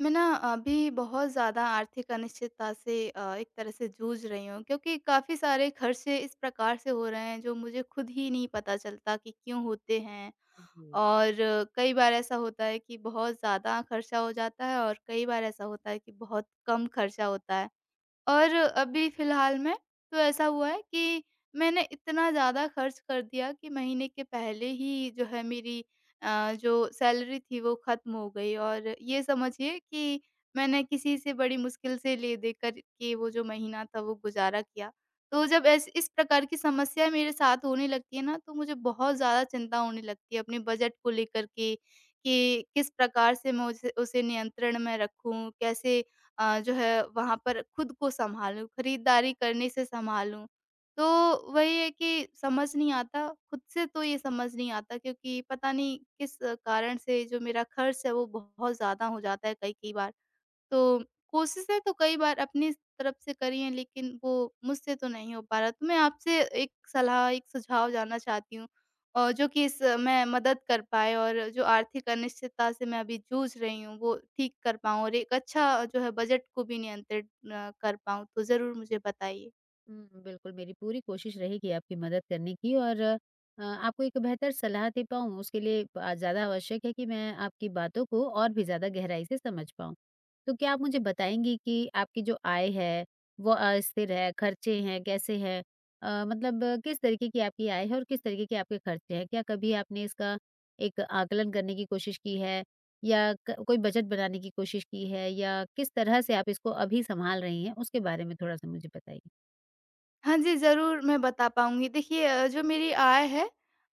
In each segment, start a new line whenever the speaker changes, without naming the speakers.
मैं ना अभी बहुत ज़्यादा आर्थिक अनिश्चितता से एक तरह से जूझ रही हूँ क्योंकि काफ़ी सारे खर्चे इस प्रकार से हो रहे हैं जो मुझे खुद ही नहीं पता चलता कि क्यों होते हैं। और कई बार ऐसा होता है कि बहुत ज़्यादा खर्चा हो जाता है, और कई बार ऐसा होता है कि बहुत कम खर्चा होता है। और अभी फ़िलहाल में तो ऐसा हुआ है कि मैंने इतना ज़्यादा खर्च कर दिया कि महीने के पहले ही जो है मेरी जो सैलरी थी वो ख़त्म हो गई, और ये समझिए कि मैंने किसी से बड़ी मुश्किल से ले-दे कर के वो जो महीना था वो गुज़ारा किया। तो जब ऐस इस प्रकार की समस्या मेरे साथ होने लगती है ना, तो मुझे बहुत ज़्यादा चिंता होने लगती है अपने बजट को लेकर के, कि किस प्रकार से मैं उसे उसे नियंत्रण में रखूँ? कैसे जो है वहाँ पर खुद को सँभालूँ, खरीदारी करने से सँभालूँ। तो वही है कि समझ नहीं आता, खुद से तो ये समझ नहीं आता, क्योंकि पता नहीं किस कारण से जो मेरा खर्च है वो बहुत ज़्यादा हो जाता है कई-कई बार। तो कोशिशें तो कई बार अपनी तरफ से करी हैं, लेकिन वो मुझसे तो नहीं हो पा रहा। तो मैं आपसे एक सलाह, एक सुझाव जानना चाहती हूँ, और जो कि इस मैं मदद कर पाए और जो आर्थिक अनिश्चितता से मैं अभी जूझ रही हूँ वो ठीक कर पाऊँ, और एक अच्छा जो है बजट को भी नियंत्रित कर पाऊँ। तो ज़रूर मुझे बताइए।
हुँ, बिल्कुल, मेरी पूरी कोशिश रहेगी आपकी मदद करने की और आपको एक बेहतर सलाह दे पाऊँ, उसके लिए ज़्यादा आवश्यक है कि मैं आपकी बातों को और भी ज़्यादा गहराई से समझ पाऊँ। तो क्या आप मुझे बताएँगी कि आपकी जो आय है, वो अस्थिर है, खर्चे हैं, कैसे हैं? मतलब किस तरीके की आपकी आय है और किस तरीके के आपके खर्चे हैं? क्या कभी आपने इसका एक आकलन करने की कोशिश की है या क कोई बजट बनाने की कोशिश की है या किस तरह से आप इसको अभी सँभाल रही हैं, उसके बारे में थोड़ा-सा मुझे बताइए?
हाँ जी, ज़रूर मैं बता पाऊँगी। देखिए जो मेरी आय है,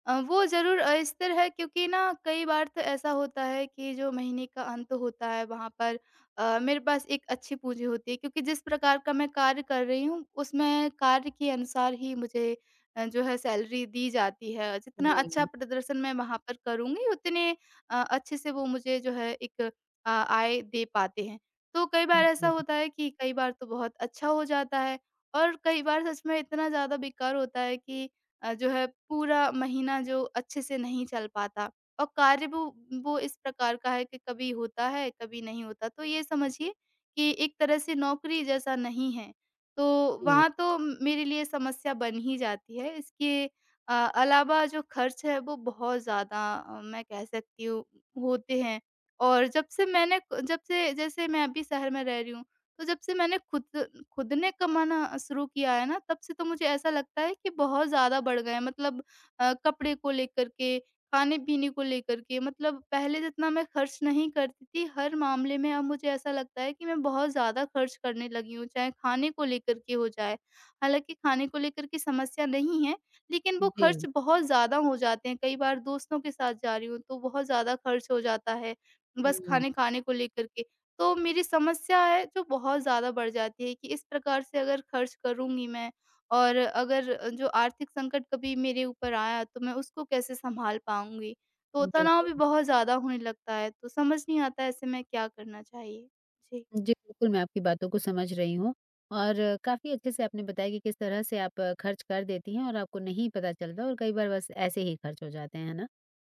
वो ज़रूर स्थिर है, क्योंकि ना कई बार तो ऐसा होता है कि जो महीने का अंत होता है वहाँ पर मेरे पास एक अच्छी पूँजी होती है, क्योंकि जिस प्रकार का मैं कार्य कर रही हूँ उसमें कार्य के अनुसार ही मुझे जो है सैलरी दी जाती है। जितना
जी, जी, जी,
अच्छा
जी।
प्रदर्शन मैं वहाँ पर करूँगी उतने अच्छे से वो मुझे जो है एक आय दे पाते हैं। तो कई बार ऐसा होता है कि कई बार तो बहुत अच्छा हो जाता है, और कई बार सच में इतना ज़्यादा बेकार होता है कि जो है पूरा महीना जो अच्छे से नहीं चल पाता, और कार्य वो इस प्रकार का है कि कभी होता है कभी नहीं होता, तो ये समझिए कि एक तरह से नौकरी जैसा नहीं है, तो वहाँ तो मेरे लिए समस्या बन ही जाती है। इसके अलावा जो खर्च है वो बहुत ज़्यादा मैं कह सकती हूँ होते हैं, और जब से जैसे मैं अभी शहर में रह रही हूँ, तो जब से मैंने खुद खुद ने कमाना शुरू किया है ना, तब से तो मुझे ऐसा लगता है कि बहुत ज़्यादा बढ़ गए हैं। मतलब कपड़े को लेकर के, खाने-पीने को लेकर के, मतलब पहले जितना मैं खर्च नहीं करती थी, हर मामले में अब मुझे ऐसा लगता है कि मैं बहुत ज़्यादा खर्च करने लगी हूँ, चाहे खाने को लेकर के हो जाए। हालाँकि खाने को लेकर के समस्या नहीं है, लेकिन वो खर्च
हुँ,
बहुत ज़्यादा हो जाते हैं। कई बार दोस्तों के साथ जा रही हूँ, तो बहुत ज़्यादा खर्च हो जाता है, बस खाने-खाने को लेकर के। तो मेरी समस्या है जो बहुत ज़्यादा बढ़ जाती है कि इस प्रकार से अगर खर्च करूँगी मैं, और अगर जो आर्थिक संकट कभी मेरे ऊपर आया तो मैं उसको कैसे सँभाल पाऊँगी? तो तनाव
बिल्कुल।
भी बहुत ज़्यादा होने लगता है, तो समझ नहीं आता ऐसे में क्या करना चाहिए? जी।
जी, बिल्कुल, मैं आपकी बातों को समझ रही हूँ और काफ़ी अच्छे से आपने बताया कि किस तरह से आप खर्च कर देती हैं और आपको नहीं पता चलता और कई बार बस ऐसे ही खर्च हो जाते हैं, है ना?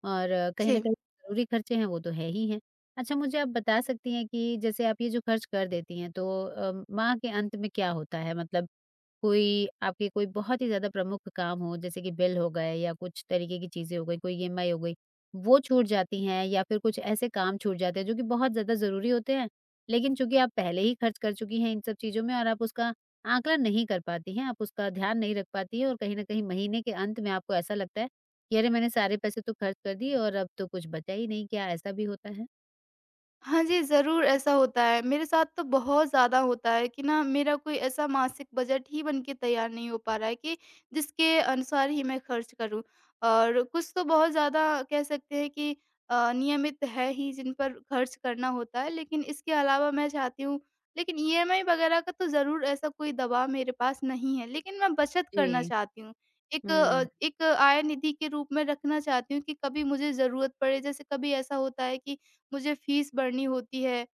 और कहीं न
जी।
कहीं ज़रूरी खर्चे हैं, वो तो है ही हैं। अच्छा, मुझे आप बता सकती हैं कि जैसे आप ये जो खर्च कर देती हैं, तो माह के अंत में क्या होता है? मतलब कोई बहुत ही ज़्यादा प्रमुख काम हो जैसे कि बिल हो गए या कुछ तरीके की चीज़ें हो गई, कोई ईएमआई हो गई, वो छूट जाती हैं या फिर कुछ ऐसे काम छूट जाते हैं जो कि बहुत ज़्यादा ज़रूरी होते हैं, लेकिन चूँकि आप पहले ही खर्च कर चुकी हैं इन सब चीज़ों में और आप उसका आकलन नहीं कर पाती हैं, आप उसका ध्यान नहीं रख पाती हैं और कहीं न कहीं महीने के अंत में आपको ऐसा लगता है कि अरे! मैंने सारे पैसे तो खर्च कर दिए और अब तो कुछ बचा ही नहीं, क्या ऐसा भी होता है?
हाँ जी, ज़रूर ऐसा होता है। मेरे साथ तो बहुत ज़्यादा होता है कि ना मेरा कोई ऐसा मासिक बजट ही बन के तैयार नहीं हो पा रहा है कि जिसके अनुसार ही मैं खर्च करूँ। और कुछ तो बहुत ज़्यादा कह सकते हैं कि नियमित है ही जिन पर खर्च करना होता है, लेकिन इसके अलावा मैं चाहती हूँ, लेकिन ईएमआई वगैरह का तो ज़रूर ऐसा कोई दबाव मेरे पास नहीं है, लेकिन मैं बचत करना
जी।
चाहती हूँ। एक अ,
हुँ,
एक आय निधि के रूप में रखना चाहती हूँ कि कभी मुझे ज़रूरत पड़े। जैसे कभी ऐसा होता है कि मुझे फीस भरनी होती है,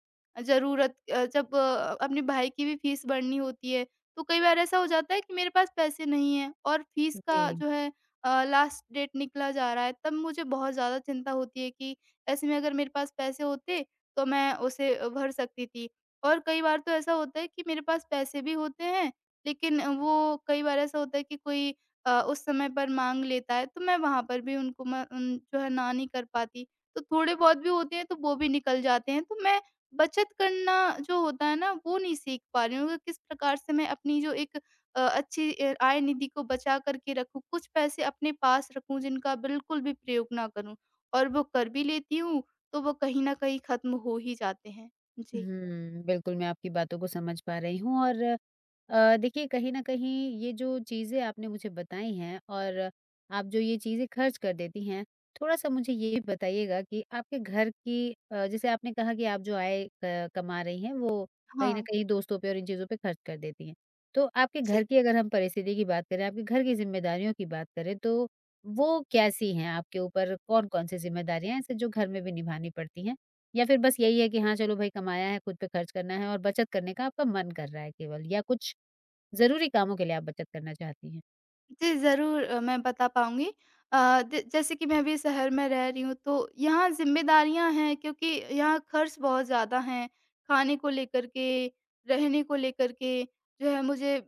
जब अपने भाई की भी फीस भरनी होती है, तो कई बार ऐसा हो जाता है कि मेरे पास पैसे नहीं हैं और फीस का
जी।
जो है लास्ट डेट निकला जा रहा है, तब मुझे बहुत ज़्यादा चिंता होती है कि ऐसे में अगर मेरे पास पैसे होते, तो मैं उसे भर सकती थी। और कई बार तो ऐसा होता है कि मेरे पास पैसे भी होते हैं, लेकिन वो कई बार ऐसा होता है कि कोई उस समय पर माँग लेता है, तो मैं वहाँ पर भी उनको जो है ना नहीं कर पाती। तो थोड़े बहुत भी होते हैं तो वो भी निकल जाते हैं। तो मैं बचत करना जो होता है ना वो नहीं सीख पा रही हूँ कि किस प्रकार से मैं अपनी जो एक अच्छी आय निधि को बचा कर के रखूँ। कुछ पैसे अपने पास रखूँ जिनका बिल्कुल भी प्रयोग ना करूँ, और वो कर भी लेती हूँ तो वो कहीं न कहीं ख़त्म हो ही जाते हैं। जी।
हुँ, बिल्कुल, मैं आपकी बातों को समझ पा रही हूँ और देखिए कहीं न कहीं ये जो चीज़ें आपने मुझे बताई हैं और आप जो ये चीज़ें खर्च कर देती हैं, थोड़ा-सा मुझे ये भी बताइएगा कि आपके घर की जैसे आपने कहा कि आप जो आय क कमा रही हैं, वो कहीं न
हाँ।
कहीं दोस्तों पे और इन चीज़ों पे खर्च कर देती हैं। तो आपके घर
जी।
की अगर हम परिस्थिति की बात करें, आपके घर की ज़िम्मेदारियों की बात करें, तो वो कैसी हैं आपके ऊपर? कौन-कौन सी ज़िम्मेदारियाँ हैं ऐसे जो घर में भी निभानी पड़ती हैं? या फिर बस यही है कि हाँ, चलो भाई कमाया है, खुद पे खर्च करना है और बचत करने का आपका मन कर रहा है केवल या कुछ ज़रूरी कामों के लिए आप बचत करना चाहती हैं?
जी, ज़रूर मैं बता पाऊँगी। अ, द जैसे कि मैं अभी शहर में रह रही हूँ, तो यहाँ ज़िम्मेदारियाँ हैं, क्योंकि यहाँ खर्च बहुत ज़्यादा हैं। खाने को लेकर के, रहने को लेकर के, जो है मुझे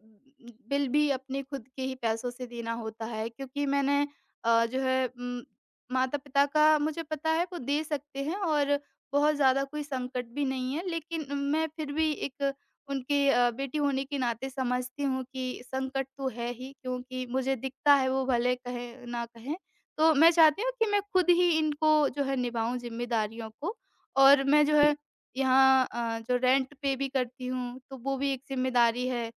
बिल भी अपने खुद के ही पैसों से देना होता है, क्योंकि मैंने जो है माता-पिता का मुझे पता है वो दे सकते हैं, और बहुत ज़्यादा कोई संकट भी नहीं है, लेकिन मैं फिर भी एक उनकी बेटी होने के नाते समझती हूँ कि संकट तो है ही, क्योंकि मुझे दिखता है वो भले कहें ना कहें। तो मैं चाहती हूँ कि मैं खुद ही इनको जो है निभाऊँ, ज़िम्मेदारियों को। और मैं जो है यहाँ जो रेंट पे भी करती हूँ तो वो भी एक ज़िम्मेदारी है।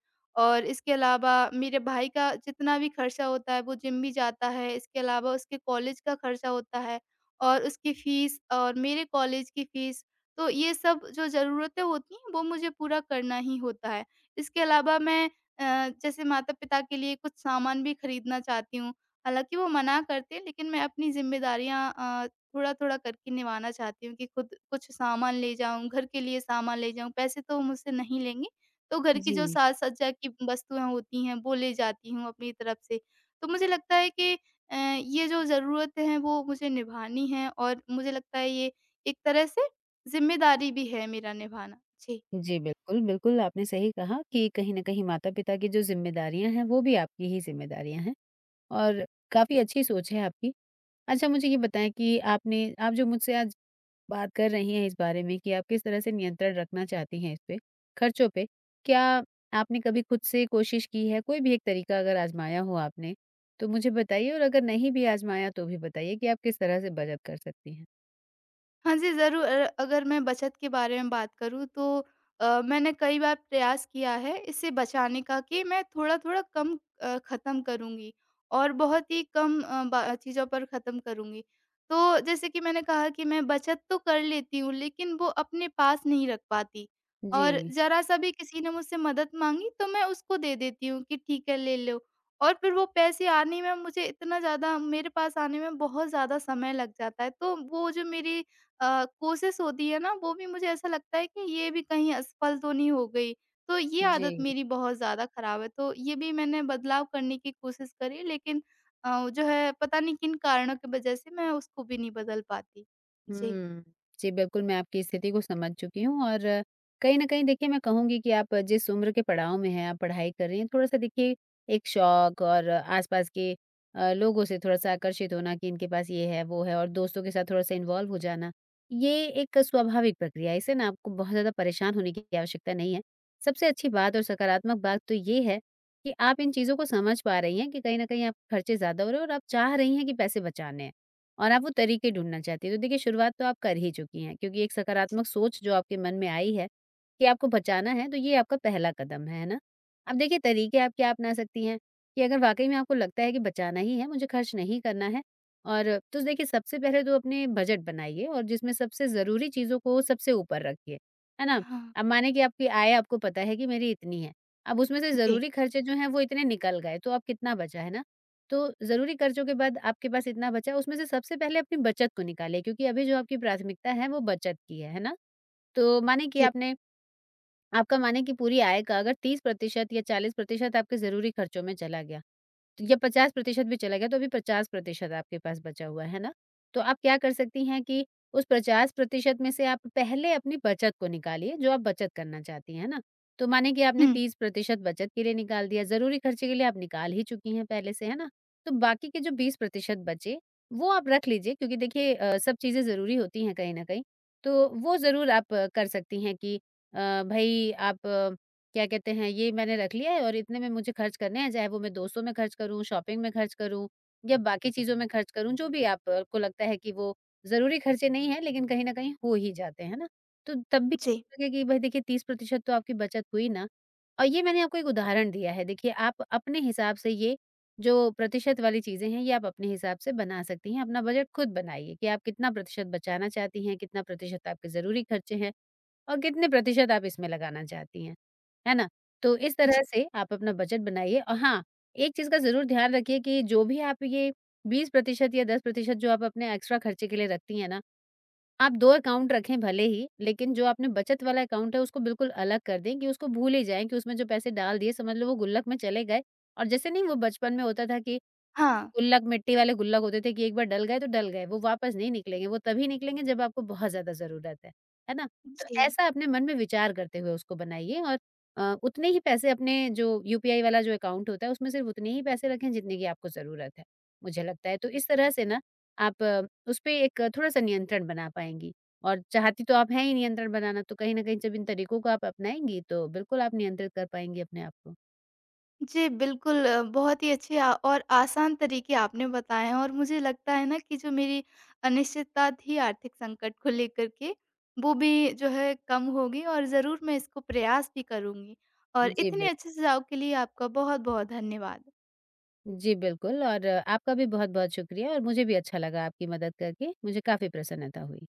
और इसके अलावा मेरे भाई का जितना भी खर्चा होता है वो जिम भी जाता है। इसके अलावा उसके कॉलेज का खर्चा होता है, और उसकी फ़ीस और मेरे कॉलेज की फ़ीस। तो ये सब जो ज़रूरतें होती हैं वो मुझे पूरा करना ही होता है। इसके अलावा मैं जैसे माता-पिता के लिए कुछ सामान भी खरीदना चाहती हूँ। हालाँकि वो मना करते हैं, लेकिन मैं अपनी ज़िम्मेदारियाँ थोड़ा-थोड़ा करके निभाना चाहती हूँ कि खुद कुछ सामान ले जाऊँ, घर के लिए सामान ले जाऊँ। पैसे तो वो मुझसे नहीं लेंगे, तो घर की
जी।
जो साज-सज्जा की वस्तुएँ होती हैं वो ले जाती हूँ अपनी तरफ से। तो मुझे लगता है कि ये जो ज़रूरतें हैं वो मुझे निभानी हैं, और मुझे लगता है ये एक तरह से ज़िम्मेदारी भी है मेरा निभाना। जी।
जी, बिल्कुल, बिल्कुल आपने सही कहा कि कहीं न कहीं माता-पिता की जो ज़िम्मेदारियाँ हैं, वो भी आपकी ही ज़िम्मेदारियाँ हैं और काफ़ी अच्छी सोच है आपकी। अच्छा, मुझे ये बताएँ कि आपने आप जो मुझसे आज बात कर रही हैं इस बारे में कि आप किस तरह से नियंत्रण रखना चाहती हैं इस पे खर्चों पे। क्या आपने कभी खुद से कोशिश की है, कोई भी एक तरीका अगर आज़माया हो आपने, तो मुझे बताइए और अगर नहीं भी आज़माया तो भी बताइए कि आप किस तरह से बचत कर सकती हैं?
हाँ जी, ज़रूर अगर मैं बचत के बारे में बात करूँ तो मैंने कई बार प्रयास किया है इसे बचाने का, कि मैं थोड़ा-थोड़ा कम ख़त्म करूँगी, और बहुत ही कम अ, बा चीज़ों पर ख़त्म करूँगी। तो जैसे कि मैंने कहा कि मैं बचत तो कर लेती हूँ, लेकिन वो अपने पास नहीं रख पाती, और
जी,
ज़रा-सा भी किसी ने मुझसे मदद माँगी तो मैं उसको दे देती हूँ कि ठीक है, ले लो, और फिर वो पैसे आने में मुझे इतना ज़्यादा मेरे पास आने में बहुत ज़्यादा समय लग जाता है। तो वो जो मेरी कोशिश होती है ना वो भी मुझे ऐसा लगता है कि ये भी कहीं असफल तो नहीं हो गई। तो ये आदत
जी।
मेरी बहुत ज़्यादा खराब है, तो ये भी मैंने बदलाव करने की कोशिश करी, लेकिन जो है पता नहीं किन कारणों की वजह से मैं उसको भी नहीं बदल पाती। जी।
हुँ। जी, बिल्कुल मैं आपकी स्थिति को समझ चुकी हूँ और कहीं न कहीं देखिए मैं कहूँगी कि आप जिस उम्र के पड़ाव में हैं, आप पढ़ाई कर रही हैं, थोड़ा-सा देखिए एक शौक और आस-पास के लोगों से थोड़ा-सा आकर्षित होना कि इनके पास ये है, वो है और दोस्तों के साथ थोड़ा-सा इन्वॉल्व हो जाना, ये एक स्वाभाविक प्रक्रिया है। इससे ना आपको बहुत ज़्यादा परेशान होने की आवश्यकता नहीं है। सबसे अच्छी बात और सकारात्मक बात तो ये है कि आप इन चीज़ों को समझ पा रही हैं कि कहीं न कहीं आप खर्चे ज़्यादा हो रहे हैं और आप चाह रही हैं कि पैसे बचाने हैं। और आप वो तरीके ढूँढना चाहती हैं। तो देखिए शुरुआत तो आप कर ही चुकी हैं क्योंकि एक
जी।
सकारात्मक सोच जो आपके मन में आई है कि आपको बचाना है तो ये आपका पहला कदम है ना? अब देखिए तरीके आप क्या अपना सकती हैं कि अगर वाक़ई में आपको लगता है कि बचाना ही है, मुझे खर्च नहीं करना है और तो देखिए सबसे पहले तो अपने बजट बनाइए और जिसमें सबसे ज़रूरी चीज़ों को सबसे ऊपर रखिए, है ना?
हाँ।
अब माने कि आपकी आय आपको पता है कि मेरी इतनी है, अब उसमें से
जी,
ज़रूरी खर्चे जो हैं वो इतने निकल गए तो अब कितना बचा, है ना? तो ज़रूरी खर्चों के बाद आपके पास इतना बचा, उसमें से सबसे पहले अपनी बचत को निकालें क्योंकि अभी जो आपकी प्राथमिकता है वो बचत की है ना? तो मानिए कि
जी।
आपने आपका माने कि पूरी आय का अगर 30% या 40% आपके ज़रूरी खर्चों में चला गया, तो या 50% भी चला गया, तो अभी 50% आपके पास बचा हुआ है ना? तो आप क्या कर सकती हैं कि उस 50% में से आप पहले अपनी बचत को निकालिए, जो आप बचत करना चाहती हैं, है ना? तो माने कि आपने
हुँ।
30% बचत के लिए निकाल दिया, ज़रूरी खर्चे के लिए आप निकाल ही चुकी हैं पहले से, है ना? तो बाकी के जो 20% बचे, वो आप रख लीजिए क्योंकि देखिए सब चीज़ें ज़रूरी होती हैं कहीं न कहीं। तो वो ज़रूर आप कर सकती हैं कि भई आप क्या कहते हैं ये मैंने रख लिया है और इतने में मुझे खर्च करने हैं, चाहे वो मैं दोस्तों में खर्च करूँ, शॉपिंग में खर्च करूँ या बाकी चीज़ों में खर्च करूँ, जो भी आपको लगता है कि वो ज़रूरी खर्चे नहीं हैं लेकिन कहीं न कहीं हो ही जाते हैं, है ना? तो तब भी
जी,
आपको लगे कि भाई देखिए 30% तो आपकी बचत हुई ना और ये मैंने आपको एक उदाहरण दिया है। देखिए आप अपने हिसाब से ये जो प्रतिशत वाली चीज़ें हैं, ये आप अपने हिसाब से बना सकती हैं। अपना बजट खुद बनाइए कि आप कितना प्रतिशत बचाना चाहती हैं, कितना प्रतिशत आपके ज़रूरी खर्चे हैं और कितने प्रतिशत आप इसमें लगाना चाहती हैं, है ना? तो इस
जी।
तरह से आप अपना बजट बनाइए और हाँ, एक चीज़ का ज़रूर ध्यान रखिए कि जो भी आप ये 20% या 10% जो आप अपने एक्स्ट्रा खर्चे के लिए रखती हैं ना, आप 2 अकाउंट रखें भले ही, लेकिन जो आपने बचत वाला अकाउंट है उसको बिल्कुल अलग कर दें कि उसको भूल ही जाएँ कि उसमें जो पैसे डाल दिए समझ लो वो गुल्लक में चले गए और जैसे नहीं वो बचपन में होता था कि
हाँ।
गुल्लक मिट्टी वाले गुल्लक होते थे कि एक बार डल गए तो डल गए, वो वापस नहीं निकलेंगे, वो तभी निकलेंगे जब आपको बहुत ज़्यादा ज़रूरत है ना? तो
जी।
ऐसा अपने मन में विचार करते हुए उसको बनाइए और उतने ही पैसे अपने जो यूपीआई वाला जो अकाउंट होता है उसमें सिर्फ़ उतने ही पैसे रखें जितने की आपको ज़रूरत है, मुझे लगता है। तो इस तरह से ना आप उसपे एक थोड़ा-सा नियंत्रण बना पाएँगी और चाहती तो आप हैं ही नियंत्रण बनाना, तो कहीं न कहीं जब इन तरीकों को आप अपनाएँगी तो बिल्कुल आप नियंत्रित कर पाएँगी अपने आप को।
जी, बिल्कुल बहुत ही अच्छे और आसान तरीके आपने बताए हैं, और मुझे लगता है ना कि जो मेरी अनिश्चितता थी आर्थिक संकट को लेकर के, वो भी जो है कम होगी, और ज़रूर मैं इसको प्रयास भी करूँगी। और
जी,
इतने
बिल्कुल।
अच्छे सुझाव के लिए आपका बहुत-बहुत धन्यवाद।
जी, बिल्कुल और आपका भी बहुत-बहुत शुक्रिया और मुझे भी अच्छा लगा आपकी मदद करके, मुझे काफ़ी प्रसन्नता हुई।